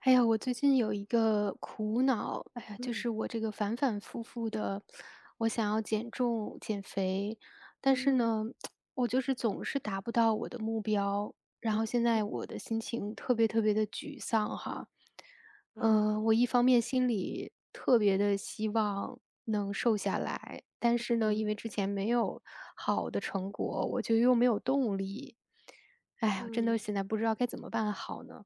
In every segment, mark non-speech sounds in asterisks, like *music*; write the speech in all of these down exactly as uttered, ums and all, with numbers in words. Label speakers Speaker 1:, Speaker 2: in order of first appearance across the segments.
Speaker 1: 哎呀，我最近有一个苦恼，哎呀，就
Speaker 2: 嗯
Speaker 1: 是我这个反反复复的，我想要减重、减肥，但是
Speaker 2: 嗯
Speaker 1: 呢，我就是总是达不到我的目标，然
Speaker 2: 嗯
Speaker 1: 后现
Speaker 2: 嗯，
Speaker 1: 在我的心情特别特别的沮丧哈。
Speaker 2: 啊，
Speaker 1: 嗯，我一方面心里特别的希望能瘦下来，但是呢，因
Speaker 2: 嗯
Speaker 1: 为之前没有好的成果，我就又没有动力。哎，我真的
Speaker 2: 嗯。
Speaker 1: 现在不知道该怎么办好呢。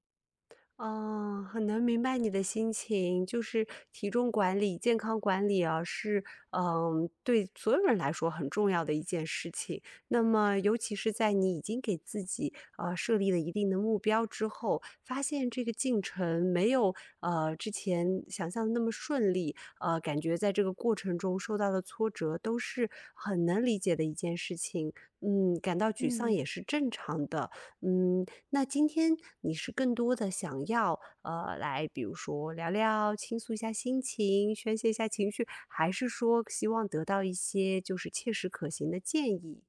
Speaker 2: 嗯，很能明白你的心情，就是体重管理、健康管理啊，是嗯，对所有人来说很重要的一件事情。那么，尤其是在你已经给自己呃设立了一定的目标之后，发现这个进程没有呃之前想象的那么顺利，呃，感觉在这个过程中受到的挫折都是很能理解的一件事情。嗯，感到沮丧
Speaker 1: 嗯。
Speaker 2: 也是正常的。嗯，那今天你是更多的想要，呃，来比如说聊聊，倾诉一下心情，宣泄一下情绪，还是说希望得到一些就是切实可行的建议？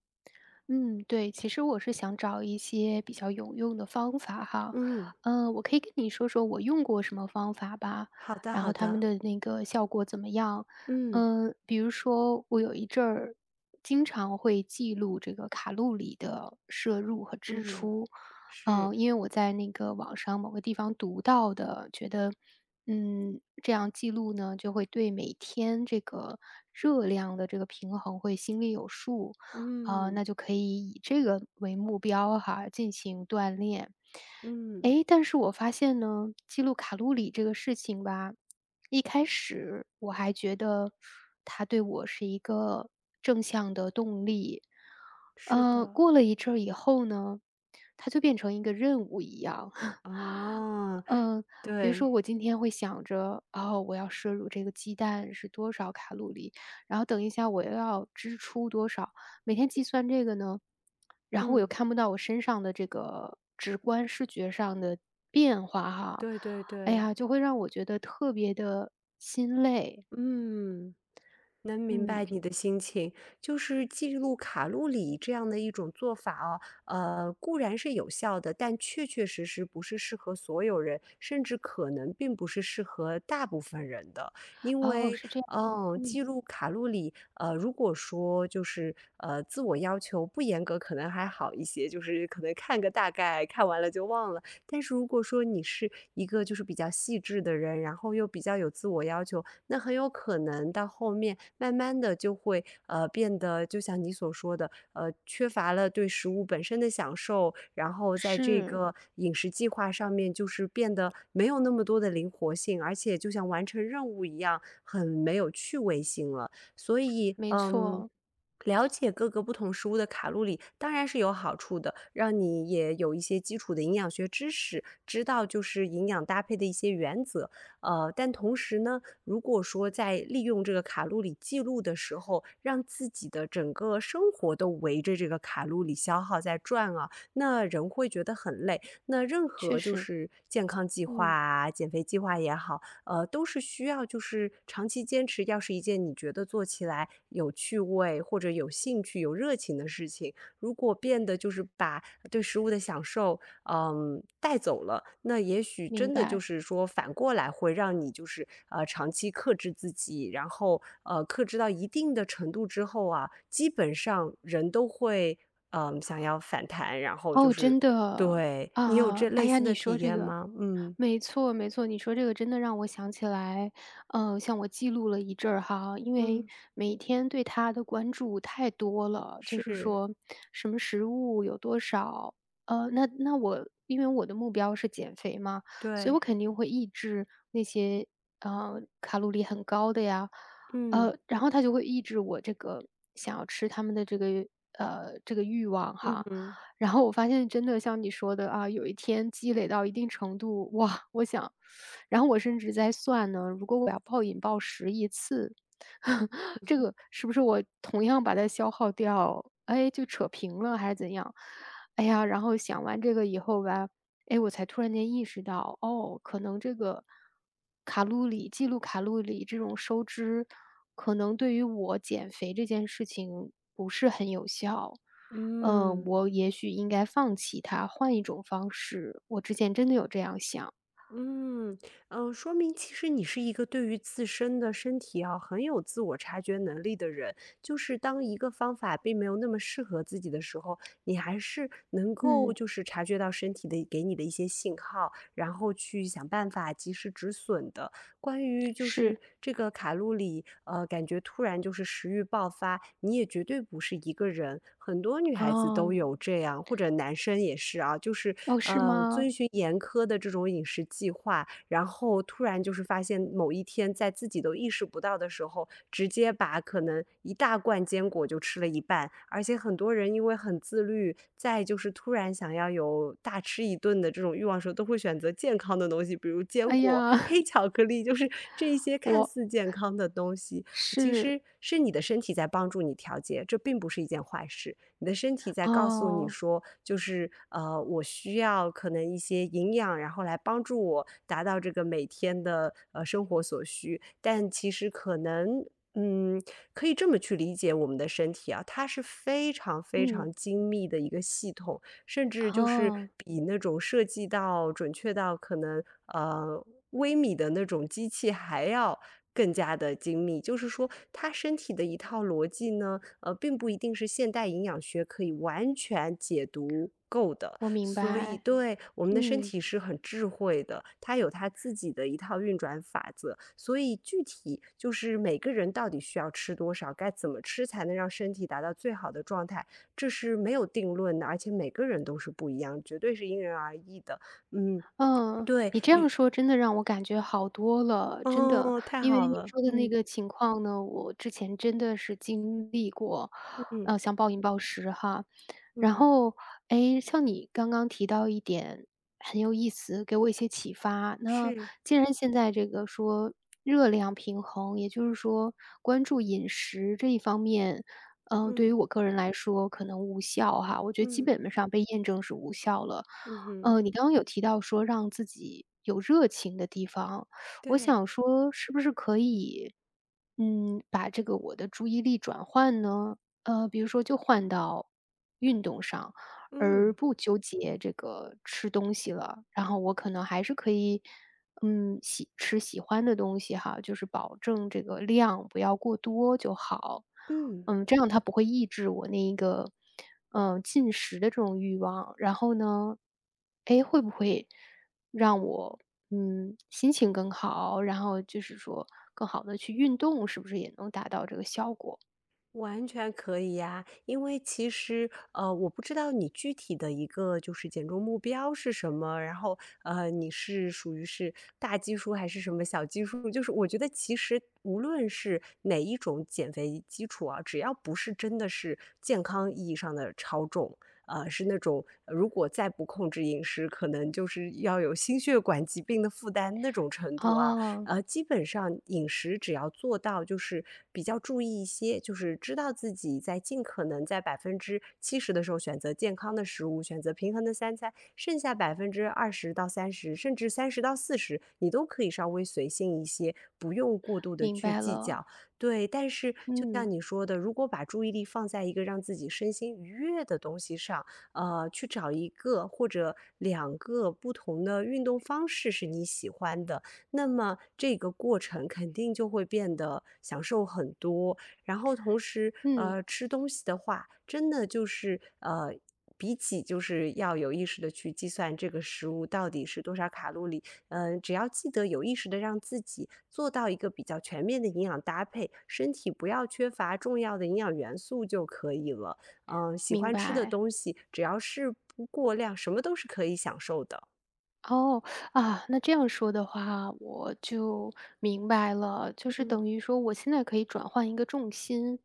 Speaker 1: 嗯，对，其实我是想找一些比较有用的方法哈，
Speaker 2: 嗯，
Speaker 1: 嗯，我可以跟你说说我用过什么方法吧，
Speaker 2: 好的
Speaker 1: 然
Speaker 2: 好
Speaker 1: 后他们
Speaker 2: 的，
Speaker 1: 的那个效果怎么样？
Speaker 2: 嗯
Speaker 1: 嗯，比如说我有一阵儿经常会记录这个卡路里的摄入和支
Speaker 2: 嗯，
Speaker 1: 出，
Speaker 2: 是，
Speaker 1: 嗯，因为我在那个网上某个地方读到的，觉得嗯，这样记录呢，就会对每天这个热量的这个平衡会心里有数。啊，
Speaker 2: 嗯
Speaker 1: 那就可以以这个为目标哈，进行锻炼。
Speaker 2: 嗯，
Speaker 1: 诶，但是我发现呢，记录卡路里这个事情吧，一开始我还觉得它对我是一个正向的动力，
Speaker 2: 是
Speaker 1: 呃，
Speaker 2: 的，
Speaker 1: 过了一阵儿以后呢，它就变成一个任务一样。*laughs*
Speaker 2: 啊，
Speaker 1: 嗯，比如说
Speaker 2: 对，
Speaker 1: 我今天会想着，哦，我要摄入这个鸡蛋是多少卡路里，然后等一下我又要支出多少，每天计算这个呢，然后我又
Speaker 2: 嗯，
Speaker 1: 看不到我身上的这个直观视觉上的变化哈，
Speaker 2: 对对
Speaker 1: 哎
Speaker 2: 对，
Speaker 1: 呀，就会让我觉得特别的心累。
Speaker 2: 嗯。能明白
Speaker 1: 嗯，
Speaker 2: 你的心情，就是记录卡路里这样的一种做法哦，呃，固然是有效的，但确确实实不是适合所有人，甚至可能并不是适合大部分人的。因
Speaker 1: 哦，
Speaker 2: 为，
Speaker 1: 是这样。
Speaker 2: 嗯，
Speaker 1: 嗯，
Speaker 2: 记录卡路里，呃，如果说就是呃自我要求不严格，可能还好一些，就是可能看个大概，看完了就忘了。但是如果说你是一个就是比较细致的人，然后又比较有自我要求，那很有可能到后面慢慢的就会呃变得，就像你所说的，呃，缺乏了对食物本身的享受，然后在这
Speaker 1: 是，
Speaker 2: 个饮食计划上面就是变得没有那么多的灵活性，而且就像完成任务一样，很没有趣味性了。所以，
Speaker 1: 没
Speaker 2: 嗯，
Speaker 1: 错，
Speaker 2: 了解各个不同食物的卡路里当然是有好处的，让你也有一些基础的营养学知识，知道就是营养搭配的一些原则。呃，但同时呢，如果说在利用这个卡路里记录的时候，让自己的整个生活都围着这个卡路里消耗在转啊，那人会觉得很累。那任
Speaker 1: 确
Speaker 2: 何就
Speaker 1: 实，
Speaker 2: 是健康计划
Speaker 1: 嗯，
Speaker 2: 啊、减肥计划也好，呃，都是需要就是长期坚持，要是一件你觉得做起来有趣味或者有兴趣、有热情的事情。如果变得就是把对食物的享受，嗯，带走了，那也许
Speaker 1: 明
Speaker 2: 真的就
Speaker 1: 白。
Speaker 2: 是说反过来会让你就是呃长期克制自己，然后呃克制到一定的程度之后啊，基本上人都会嗯、想要反弹，然后就
Speaker 1: 哦，
Speaker 2: 是
Speaker 1: 真的哦。
Speaker 2: 对
Speaker 1: 啊
Speaker 2: 你有
Speaker 1: 啊，
Speaker 2: 这类
Speaker 1: 哎呀，
Speaker 2: 似
Speaker 1: 你
Speaker 2: 的
Speaker 1: 说
Speaker 2: 体
Speaker 1: 这
Speaker 2: 验
Speaker 1: 个，
Speaker 2: 吗？嗯
Speaker 1: 没错没错，你说这个真的让我想起来，呃，像我记录了一阵儿哈，因为
Speaker 2: 嗯，
Speaker 1: 每天对它的关注太多了，就是
Speaker 2: 是。
Speaker 1: 说什么食物有多少，呃，那那我因为我的目标是减肥嘛，所以
Speaker 2: 对，
Speaker 1: 我肯定会抑制那些呃卡路里很高的呀，
Speaker 2: 嗯，
Speaker 1: 呃，然后它就会抑制我这个想要吃他们的这个呃这个欲望
Speaker 2: 嗯
Speaker 1: 哈。
Speaker 2: 嗯
Speaker 1: 然后我发现真的像你说的啊，有一天积累到一定程度，哇，我想然后我甚至在算呢，如果我要暴饮暴食一次，*laughs* 这个是不是我同样把它消耗掉，哎，就扯平了还是怎样？哎呀，然后想完这个以后吧，哎，我才突然间意识到，哦，可能这个卡路里记录卡路里这种收支，可能对于我减肥这件事情不是很有效。嗯，
Speaker 2: 嗯，
Speaker 1: 我也许应该放弃它，换一种方式。我之前真的有这样想，
Speaker 2: 嗯，呃，说明其实你是一个对于自身的身体啊，很有自我察觉能力的人。就是当一个方法并没有那么适合自己的时候，你还是能够
Speaker 1: 嗯，
Speaker 2: 就是察觉到身体的给你的一些信号，然后去想办法及时止损的。关于就是
Speaker 1: 是
Speaker 2: 这个卡路里，呃，感觉突然就是食欲爆发，你也绝对不是一个人，很多女孩子都
Speaker 1: 哦，
Speaker 2: 有这样，或者男生也是啊，就是
Speaker 1: 哦，是
Speaker 2: 呃，
Speaker 1: 吗？
Speaker 2: 遵循严苛的这种饮食计划，然后突然就是发现某一天在自己都意识不到的时候，直接把可能一大罐坚果就吃了一半，而且很多人因为很自律，在就是突然想要有大吃一顿的这种欲望的时候，都会选择健康的东西，比如坚
Speaker 1: 哎
Speaker 2: 果、
Speaker 1: 呀，
Speaker 2: 黑
Speaker 1: *laughs*
Speaker 2: 巧克力，就是这一些
Speaker 1: 我
Speaker 2: 看似健康的东西，其
Speaker 1: 是
Speaker 2: 实是你的身体在帮助你调节，这并不是一件坏事。你的身体在告诉你
Speaker 1: 哦，
Speaker 2: 说，就是呃，我需要可能一些营养，然后来帮助我达到这个每天的呃生活所需。但其实可能，嗯，可以这么去理解我们的身体啊，它是非常非
Speaker 1: 嗯，
Speaker 2: 常精密的一个系统，甚至就是
Speaker 1: 哦，
Speaker 2: 比那种设计到准确到可能呃微米的那种机器还要更加的精密。就是说，它身体的一套逻辑呢。呃，并不一定是现代营养学可以完全解读够的。
Speaker 1: 我明
Speaker 2: 所以
Speaker 1: 白，
Speaker 2: 对，我们的身
Speaker 1: 嗯。
Speaker 2: 体是很智慧的，它有它自己的一套运转法则。所以具体就是每个人到底需要吃多少，该怎么吃才能让身体达到最好的状态，这是没有定论的，而且每个人都是不一样，绝对是因人而异的。嗯，
Speaker 1: 嗯，
Speaker 2: 对，
Speaker 1: 你这样
Speaker 2: 与
Speaker 1: 说真的让我感觉好多了，真的。
Speaker 2: 哦，太
Speaker 1: 因为
Speaker 2: 好
Speaker 1: 你
Speaker 2: 了，
Speaker 1: 说的那
Speaker 2: 嗯
Speaker 1: 个情况呢，我之前真的是经历过，
Speaker 2: 嗯
Speaker 1: 呃，像暴饮暴食哈。然
Speaker 2: 嗯，
Speaker 1: 后，哎，像你刚刚提到一点很有意思，给我一些启发。那
Speaker 2: 是，
Speaker 1: 既然现在这个说热量平衡，也就是说关注饮食这一方面，嗯、对于
Speaker 2: 嗯
Speaker 1: 我个人来说可能无效哈，我觉得基
Speaker 2: 嗯
Speaker 1: 本上被验证是无效了。
Speaker 2: 嗯哼，
Speaker 1: 呃，你刚刚有提到说让自己有热情的地方，我
Speaker 2: 对，
Speaker 1: 想说是不是可以，嗯，把这个我的注意力转换呢？呃，比如说就换到运动上，而
Speaker 2: 嗯。
Speaker 1: 不纠结这个吃东西了。然后我可能还是可以，嗯，喜吃喜欢的东西哈，就是保证这个量不要过多就好。
Speaker 2: 嗯，
Speaker 1: 嗯，这样它不会抑制我那一个，嗯，进食的这种欲望。然后呢，哎，会不会让我，嗯，心情更好，然后就是说更好的去运动，是不是也能达到这个效果？
Speaker 2: 完全可以呀，因为其实，呃，我不知道你具体的一个就是减重目标是什么，然后，呃，你是属于是大基数还是什么小基数？就是我觉得其实无论是哪一种减肥基础啊，只要不是真的是健康意义上的超重，呃，是那种如果再不控制饮食，可能就是要有心血管疾病的负担那种程度啊，
Speaker 1: 啊？
Speaker 2: 呃，基本上饮食只要做到就是比较注意一些，就是知道自己在尽可能在百分之七十的时候选择健康的食物，选择平衡的三餐，剩下百分之二十到三十，甚至三十到四十，你都可以稍微随性一些，不用过度的
Speaker 1: 明
Speaker 2: 去
Speaker 1: 白
Speaker 2: 计
Speaker 1: 了，
Speaker 2: 较。对，但是就像
Speaker 1: 嗯
Speaker 2: 你说的，如果把注意力放在一个让自己身心愉悦的东西上，呃，去找一个或者两个不同的运动方式是你喜欢的，那么这个过程肯定就会变得享受很多。然后同时，
Speaker 1: 嗯，
Speaker 2: 呃，吃东西的话，真的就是呃，比起就是要有意识的去计算这个食物到底是多少卡路里，嗯，只要记得有意识的让自己做到一个比较全面的营养搭配，身体不要缺乏重要的营养元素就可以了。嗯，喜
Speaker 1: 明
Speaker 2: 欢吃的
Speaker 1: 白。
Speaker 2: 东西，只要是不过量，什么都是可以享受的。
Speaker 1: 哦，啊，那这样说的话，我就明白了，就是
Speaker 2: 嗯，
Speaker 1: 等于说我现在可以转换一个重心，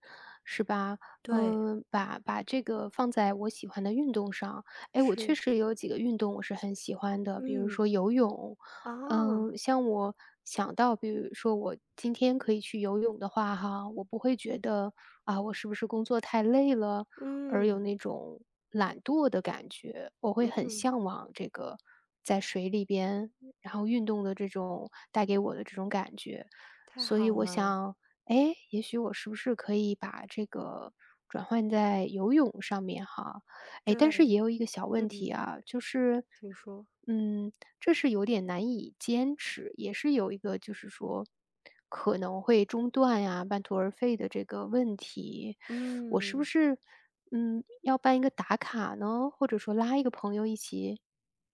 Speaker 1: 是吧？
Speaker 2: 对，
Speaker 1: 嗯，把把这个放在我喜欢的运动上。哎，我确
Speaker 2: 是，
Speaker 1: 实有几个运动我是很喜欢的，比如
Speaker 2: 嗯。
Speaker 1: 说游泳，
Speaker 2: 哦，
Speaker 1: 嗯，像我想到，比如说我今天可以去游泳的话，哈，我不会觉得啊，我是不是工作太累了，而有
Speaker 2: 嗯，
Speaker 1: 那种懒惰的感觉。我会很
Speaker 2: 嗯，
Speaker 1: 向往这个在水里边，然后运动的这种带给我的这种感觉。
Speaker 2: 太
Speaker 1: 所以
Speaker 2: 好
Speaker 1: 我
Speaker 2: 了，
Speaker 1: 想，哎，也许我是不是可以把这个转换在游泳上面哈？哎，但是
Speaker 2: 对，
Speaker 1: 也有一个小问题
Speaker 2: 嗯，
Speaker 1: 啊，就是，
Speaker 2: 请说，
Speaker 1: 嗯，这是有点难以坚持，也是有一个就是说可能会中断呀、半途而废的这个问题。我是不
Speaker 2: 嗯。
Speaker 1: 是嗯要办一个打卡呢？或者说拉一个朋友一起，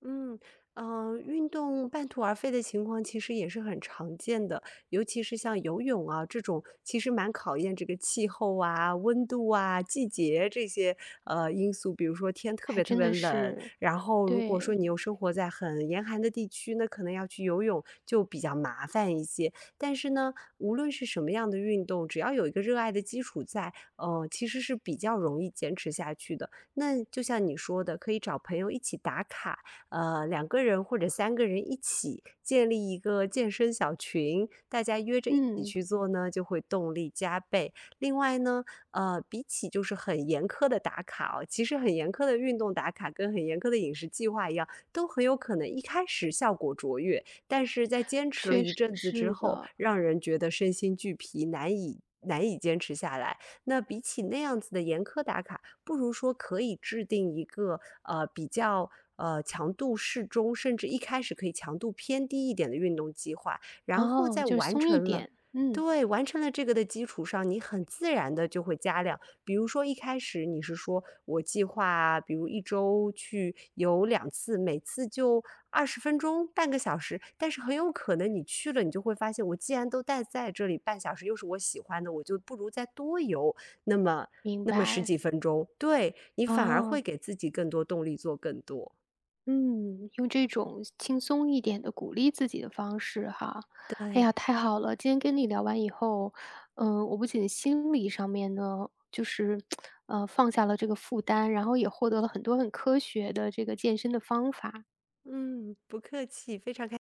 Speaker 2: 嗯，呃，运动半途而废的情况其实也是很常见的，尤其是像游泳啊这种，其实蛮考验这个气候啊、温度啊、季节这些呃因素。比如说天特
Speaker 1: 还
Speaker 2: 别特
Speaker 1: 真
Speaker 2: 别
Speaker 1: 的
Speaker 2: 冷，
Speaker 1: 是
Speaker 2: 然后如果
Speaker 1: 对，
Speaker 2: 说你又生活在很严寒的地区，那可能要去游泳就比较麻烦一些。但是呢，无论是什么样的运动，只要有一个热爱的基础在，呃，其实是比较容易坚持下去的。那就像你说的，可以找朋友一起打卡。呃，两个人或者三个人一起建立一个健身小群，大家约着一起
Speaker 1: 嗯，
Speaker 2: 去做呢，就会动力加倍。另外呢，呃，比起就是很严苛的打卡哦，其实很严苛的运动打卡跟很严苛的饮食计划一样，都很有可能一开始效果卓越，但是在坚持了
Speaker 1: 确
Speaker 2: 一
Speaker 1: 实
Speaker 2: 阵子之
Speaker 1: 是
Speaker 2: 后，
Speaker 1: 的。
Speaker 2: 让人觉得身心俱疲，难以难以坚持下来。那比起那样子的严苛打卡，不如说可以制定一个呃比较呃强度适中，甚至一开始可以强度偏低一点的运动计划，然后
Speaker 1: 哦，
Speaker 2: 再
Speaker 1: 就是
Speaker 2: 完
Speaker 1: 松一
Speaker 2: 成了。
Speaker 1: 点，嗯，
Speaker 2: 对，完成了这个的基础上，你很自然的就会加量。比如说一开始你是说我计划，比如一周去游两次，每次就二十分钟、半个小时，但是很有可能你去了，你就会发现，我既然都待在这里半小时，又是我喜欢的，我就不如再多游那么
Speaker 1: 明
Speaker 2: 那么十
Speaker 1: 白。
Speaker 2: 几分钟，对，你反而会
Speaker 1: 哦。
Speaker 2: 给自己更多动力做更多。
Speaker 1: 嗯，用这种轻松一点的鼓励自己的方式哈，哎呀，
Speaker 2: 对，
Speaker 1: 太好了！今天跟你聊完以后，嗯，我不仅心理上面呢，就是，呃，放下了这个负担，然后也获得了很多很科学的这个健身的方法。
Speaker 2: 嗯，不客气，非常开。